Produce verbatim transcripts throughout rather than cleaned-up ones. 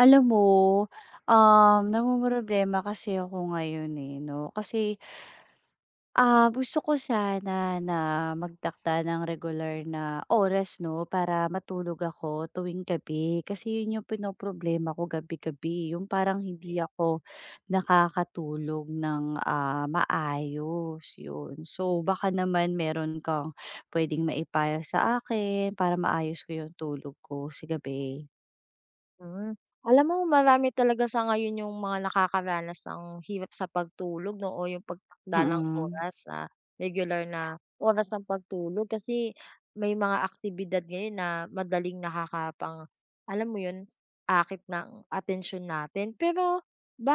Alam mo, um, namomroblema kasi ako ngayon, eh, 'no. Kasi, ah, gusto ko sana na magtakda ng regular na oras, 'no, para matulog ako tuwing gabi. Kasi yun yung pinoproblema ko gabi-gabi, yung parang hindi ako nakakatulog ng, ah, maayos, yun. So, baka naman meron kang puwedeng maipayo sa akin para maayos ko yung tulog ko sa gabi. Hmm. Alam mo marami talaga sa ngayon yung mga nakakaranas ng hirap sa pagtulog 'no o yung pagtakda ng Mm, oras sa regular na oras ng pagtulog kasi may mga aktibidad ngayon na madaling nakakapang alam mo yun, akit ng atensyon natin. Pero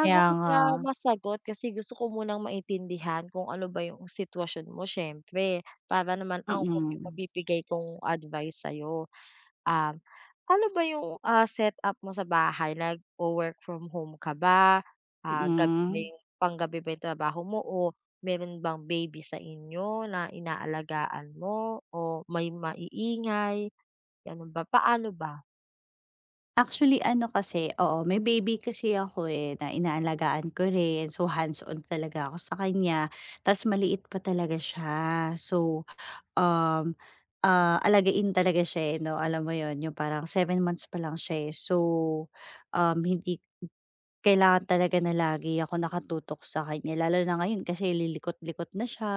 kaya nga. kita masagot kasi gusto ko munang maintindihan kung ano ba yung sitwasyon mo, siyempre para naman angkop yung Mm, mabibigay kong advice sa'yo. Um, Ano ba yung, ah, setup mo sa bahay, nagwo-work from home ka ba? Ah, gabi ba mm. yung panggabi ba yung trabaho mo, o meron bang baby sa inyo na inaalagaan mo, o may maiingay, gano'n ba? Paano ba? Actually ano kasi, oo, may baby kasi ako, eh, na inaalagaan ko rin. So, hands-on talaga ako sa kanya ta's maliit pa talaga siya. So, um, ah, alagain talaga siya, eh, 'no, alam mo yon yung parang seven months pa lang siya, eh. So, um, hindi kailangan talaga na lagi ako nakatutok sa kanya lalo na ngayon kasi lilikot-likot na siya,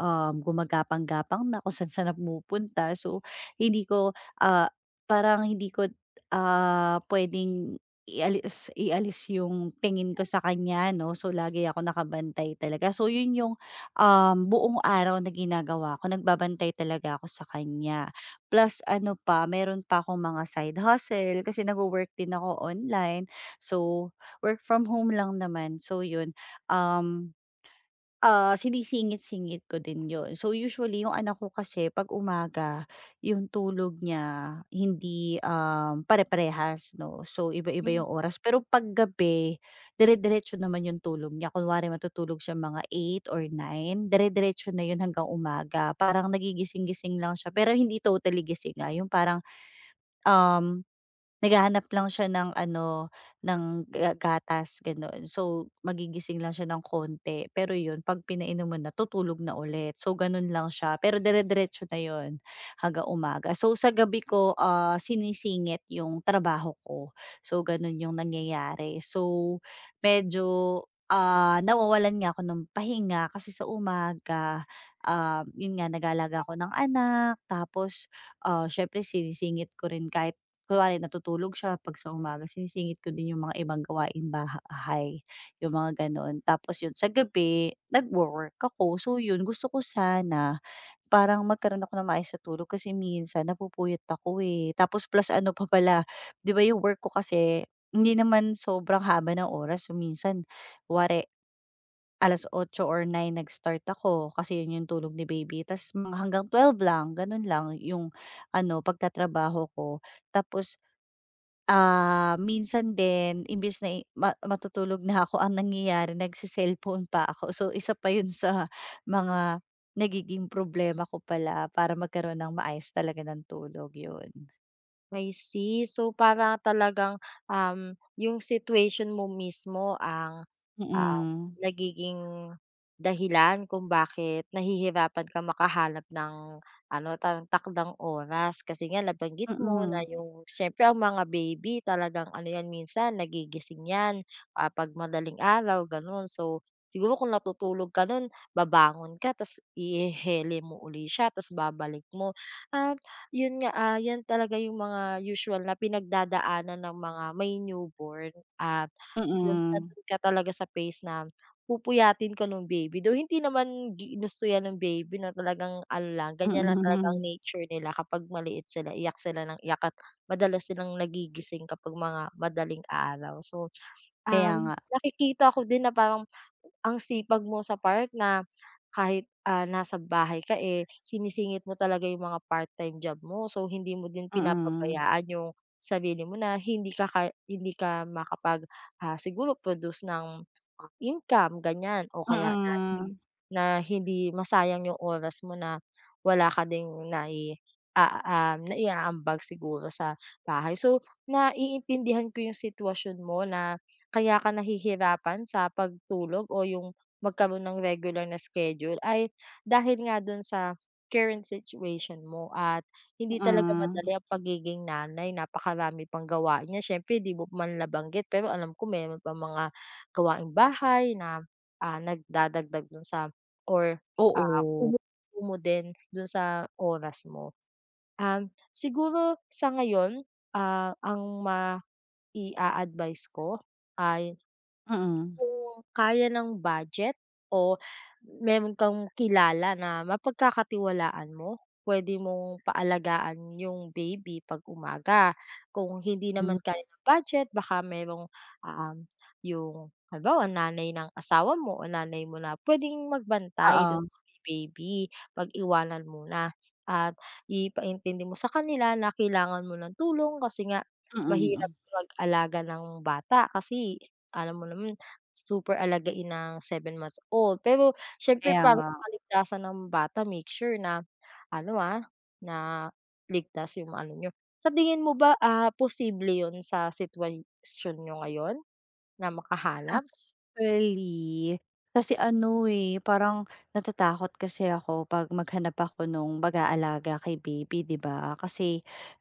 um, gumagapang-gapang na kung saan-saan na pumupunta. So, hindi ko, ah, parang hindi ko, ah, puwedeng ialis ialis yung tingin ko sa kanya 'no. So, lagi ako nakabantay talaga. So, yun yung, um, buong araw na ginagawa ko, nagbabantay talaga ako sa kanya. Plus ano pa, meron pa akong mga side hustle kasi nagwo-work din ako online. So work from home lang naman. So yun, um, ah, sinisingit-singit ko din yun. So usually yung anak ko kasi 'pag umaga yung tulog niya hindi, um, pare-parehas 'no. So iba-iba yung oras. Pero 'pag gabi, dire-diretso naman yung tulog niya. Kunwari matutulog siya mga eight or nine, dire-diretso na yun hanggang umaga. Parang nagigising-gising lang siya pero hindi totally gising, ah, yung parang, um naghahanap lang siya ng ano, ng ga gatas gano'n. So, magigising lang siya ng konti, pero 'yun 'pag pinainom mo na tutulog na ulit. So, gano'n lang siya, pero dire-diretso na 'yun hanggang umaga. So, sa gabi ko, ah, sinisingit 'yung trabaho ko. So, gano'n 'yung nangyayari. So, medyo, ah, nawawalan nga ako ng pahinga kasi sa umaga, um, 'yun nga nag-aalaga ako ng anak tapos, ah, siyempre sinisingit ko rin kahit kunwari natutulog siya 'pag sa umaga sinisingit ko din yung mga ibang gawaing bahay, yung mga gano'n. Tapos yun sa gabi nagwo-work ako. So yun, gusto ko sana parang magkaroon ako ng maayos na tulog kasi minsan napupuyat ako, eh. Tapos plus ano pa pala, 'di ba yung work ko kasi hindi naman sobrang haba ng oras. So minsan kunwari eight or nine nag-start ako kasi yun yung tulog ni baby tapos mga hanggang twelve lang, gano'n lang yung ano pagtatrabaho ko. Tapos Ah, minsan din imbes na, eh, ma matutulog na ako ang nangyayari nagse pa ako. So, isa pa yun sa mga nagiging problema ko pala para magkaroon ng maayos talaga ng tulog, yun. I see. So, para talagang, um, yung situation mo mismo ang, ah, Mm. nagiging dahilan kung bakit nahihirapan ka makahanap ng ano, parang takdang oras. Kasi nga nabanggit mo na Mm. yung siyempre ang mga baby talagang ano yan, minsan nagigising yan, ah, 'pag madaling araw gano'n. So, siguro kung natutulog ka nun babangon ka ta's ihehele mo uli siya ta's babalik mo. Ah, 'yun nga, ah, 'yan talaga yung mga usual na pinagdadaanan ng mga may newborn at do'n, Mm. nando'n ka talaga sa phase na pupuyatin ka ng baby. Though hindi naman ginusto 'yan ng baby, na talagang ano lang, ganiyan lang talaga ang Mm. nature nila kapag maliit sila, iyak sila ng iyak at madalas silang nagigising kapag mga madaling araw. So Kaya nga. Um, nakikita ko din na parang ang sipag mo sa part na kahit, ah, nasa bahay ka, eh, sinisingit mo talaga yung mga part-time job mo. So, hindi mo din Mm. pinapabayaan yung sarili mo na hindi ka ka hindi ka makapag, ah, siguro produce ng, ah, income ganyan, o kaya na hi Mm. na hindi masayang yung oras mo na wala ka ding nai a um, naiaambag siguro sa bahay. So, naiintindihan ko yung sitwasyon mo na kaya ka nahihirapan sa pagtulog o yung magkaroon ng regular na schedule ay dahil nga dun sa current situation mo at hindi talaga Mm. madali ang pagiging nanay, napakarami pang gawain niya. Siyempre di mo man nabanggit pero alam ko meron pang mga gawaing bahay na, ah, nagdadagdag dun sa or, ah, Oo. kumo din dun sa oras mo. Um, siguro sa ngayon, ah, ang ma i advice ko ay Mm. kung kaya ng budget o meron kang kilala na mapagkakatiwalaan mo, pwede mong paalagaan yung baby 'pag umaga. Kung hindi Hmm. naman kaya ng budget baka merong, um, yung halimbawa nanay ng asawa mo o nanay mo na puwedeng magbantay do'n Oo. kay baby, pag-iwanan muna at ipaintindi mo sa kanila na kailangan mo ng tulong kasi nga mahirap Mm. mag-alaga ng bata kasi alam mo naman super alagain ng seven months old. Pero siyempre Kaya para nga. sa kaligtasan ng bata, make sure na ano, ah, na ligtas yung ano niyo. Sa tingin mo ba, ah, posible yun sa sitwasyon niyo ngayon na makahanap? Actually, kasi ano, eh, parang natatakot kasi ako 'pag maghanap ako nung mag-aalaga kay baby, 'di ba? Kasi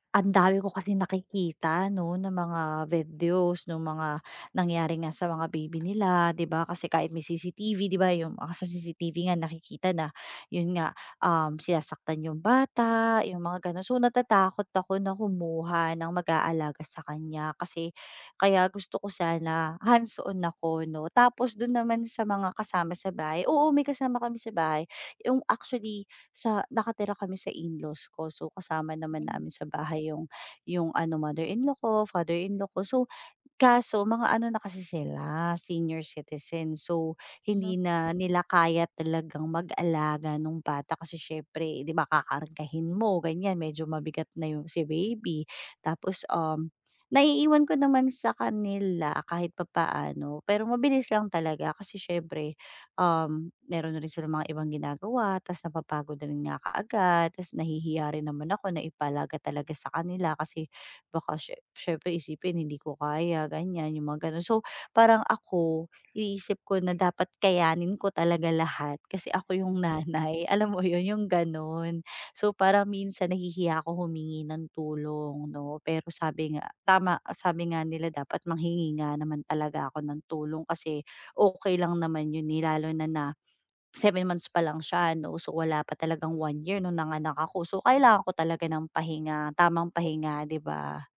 ang dami ko kasi nakikita 'no, ng mga videos nung mga nangyari nga sa mga baby nila, 'di ba? Kasi kahit may C C T V, 'di ba, yung mga sa C C T V nga nakikita na yun nga, um, sinasaktan yung bata, yung mga gano'n. So, natatakot ako na kumuha ng mag-aalaga sa kanya kasi kaya gusto ko sana hands-on ako 'no. Tapos dun naman sa mga kasama sa bahay, oo, may kasama kami sa bahay. Yung actually sa nakatira kami sa in-laws ko. So kasama naman Hmm, namin sa bahay yung yung ano mother-in-law ko, father-in-law ko. So kaso mga ano na kasi sila, senior citizen. So, hindi mhm, na nila kaya talagang mag-alaga nung bata kasi siyempre 'di ba kakargahin mo ganyan, medyo mabigat na yung si baby. Tapos, um, naiiwan ko naman sa kanila kahit papaano, pero mabilis lang talaga kasi siyempre, um, meron na rin silang mga ibang ginagawa ta's napapagod na rin nga kaagad ta's nahihiya rin naman ako na ipalaga talaga sa kanila kasi Baka siye siyempre isipin hindi ko kaya ganyan, yung mga gano'n. So, parang ako iniisip ko na dapat kayanin ko talaga lahat kasi ako yung Mm. nanay, alam mo yun, yung gano'n. So, parang minsan nahihiya ako humingi ng tulong 'no, pero sabi nga tama, sabi nga nila dapat manghingi nga naman talaga ako ng tulong kasi okay lang naman yun, eh, lalo na na seven months pa lang siya 'no, so wala pa talagang one year nung nanganak ako. So, kailangan ko talaga ng pahinga, tamang pahinga, 'di ba?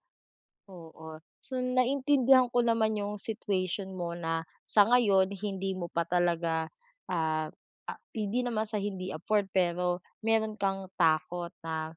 oo. So, naintindihan ko naman yung situation mo na sa ngayon hindi mo pa talaga, ah, ah, hindi naman sa hindi afford pero meron kang takot na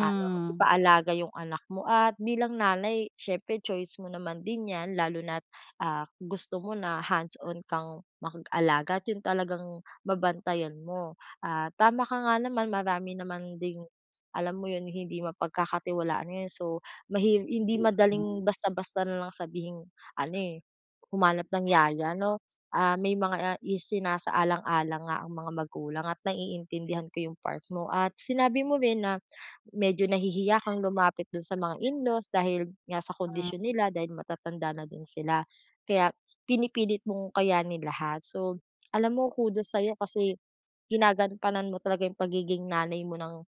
ano, ipaalaga yung anak mo, at bilang nanay siyempre choice mo naman din 'yan lalo na't, ah, gusto mo na hands-on kang makag-alaga at yun talagang babantayan mo. Ah, tama ka nga naman, marami naman ding alam mo yun, hindi mapagkakatiwalaan yun, so mahir hindi madaling basta-basta na lang sabihing ano, eh, humanap ng yaya 'no. Ah, may mga ah, isinasaalang-alang nga ang mga magulang at naiintindihan ko yung part mo, at sinabi mo rin na medyo nahihiya kang lumapit dun sa mga in-laws dahil nga sa Mm, kondisyon nila, dahil matatanda na din sila. Kaya pinipilit mong kayanin lahat. So, alam mo, kudos sa'yo kasi ginagampanan mo talaga yung pagiging nanay mo ng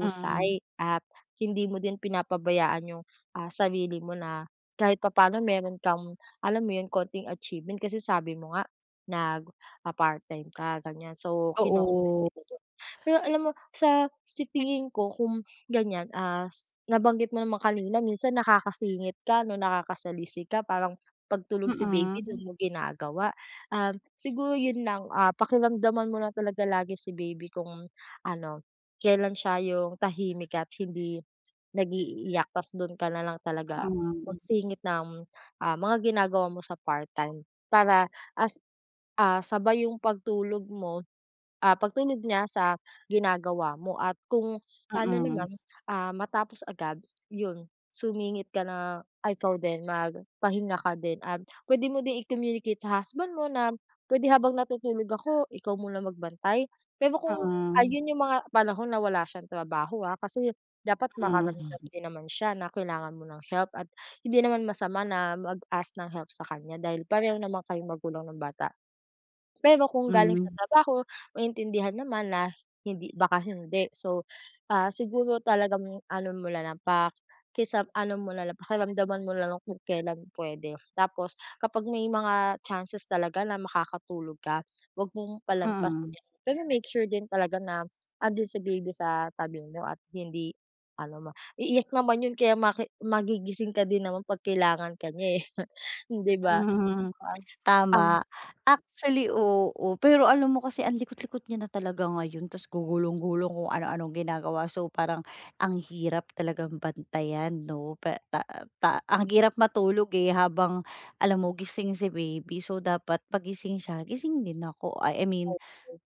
mm, at hindi mo din pinapabayaan yung, ah, sarili mo na kahit papaano meron kang, alam mo yun, konting achievement kasi sabi mo nga nag, ah, part-time ka ganyan. So, kino-commend oo. kita dun. Pero alam mo sa sa tingin ko kung ganyan, ah, s nabanggit mo naman kanina minsan nakakasingit ka 'no, nakakasalisi ka parang pagtulog si baby dun Mm, mo ginagawa. Um, siguro yun lang, ah, pakiramdaman mo na talaga lagi si baby kung ano, kailan siya yung tahimik at hindi nag-iiyak tas dun ka na lang talaga mm, magsingit ng, ah, mga ginagawa mo sa part-time para as ah, sabay yung pagtulog mo, ah, pagtunod niya sa ginagawa mo, at kung ano mm, naman, ah, matapos agad, yun, sumingit ka na ay ikaw din magpahinga ka din at pwede mo din i-communicate sa husband mo na, pwede habang natutulog ako ikaw muna magbantay." Pero kung mm, ayun yung mga panahon na wala siyang trabaho, ah, kasi dapat makaramdam din naman siya na kailangan mo ng help, at hindi naman masama na mag-ask ng help sa kanya dahil pareho naman kayong magulang ng bata. Pero kung galing sa mm, trabaho, maintindihan naman na hindi baka hindi. So, ah, siguro talagang ano mo na lang pak kisa ano mo na lang, pakiramdaman mo na lang kung kailan puwede. Tapos kapag may mga chances talaga na makakatulog ka, 'wag mong palampasin mm, 'yan. Pero make sure din talaga na andiyan si baby sa tabi mo at hindi ano ma iiyak naman 'yun kaya maki magigising ka din naman 'pag kailangan ka niya, eh, 'di ba? hmm, Ang tama. Actually, oo. Pero alam mo kasi ang likot-likot niya na talaga ngayon ta's gugulong-gulong kung ano-anong ginagawa. So, parang ang hirap talagang bantayan 'no, pa ta ta ang hirap matulog, eh, habang alam mo gising si baby. So, dapat pagising siya, gising din ako. I I mean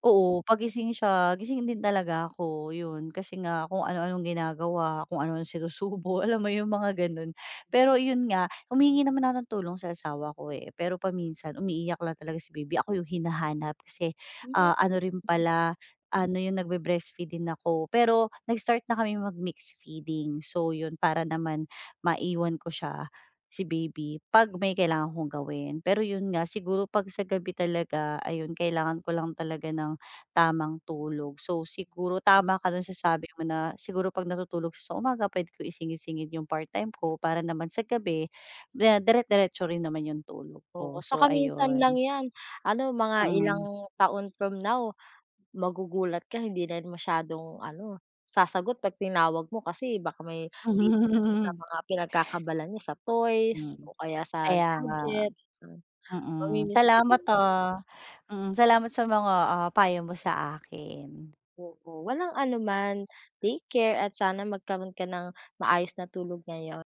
oo, pagising siya, gising din talaga ako, yun. Kasi nga kung ano-anong ginagawa, kung ano-anong sinusubo, alam mo yung mga ganun. Pero yun nga, humihingi naman ako ng tulong sa asawa ko, eh. Pero paminsan umiiyak lang talaga si baby, ako yung hinahanap kasi, ah, ano rin pala, ano yung nagbe-breastfeed din ako. Pero nag-start na kami mag mix feeding. So yun, para naman maiwan ko siya si baby 'pag may kailangan kong gawin. Pero yun nga siguro 'pag sa gabi talaga ayun kailangan ko lang talaga ng tamang tulog. So siguro tama ka dun sa sabi mo na siguro 'pag natutulog siya sa umaga puwede ko isingit-singit yung part-time ko para naman sa gabi na dire-diretso rin naman yung tulog ko. oo, So saka minsan ayun, lang 'yan, ano mga mm. ilang taon from now magugulat ka hindi na masyadong ano, sasagot 'pag tinawag mo kasi baka may busy na siya sa mga pinagkakaabalahan niya sa Hmm, toys o kaya sa kaya nga, gadget, hmm, mm. mamimiss mo Salamat, din yun. ah, mm, salamat sa mga, ah, payo mo sa akin. Oo, walang anuman, take care at sana magkaroon ka ng maayos na tulog ngayon.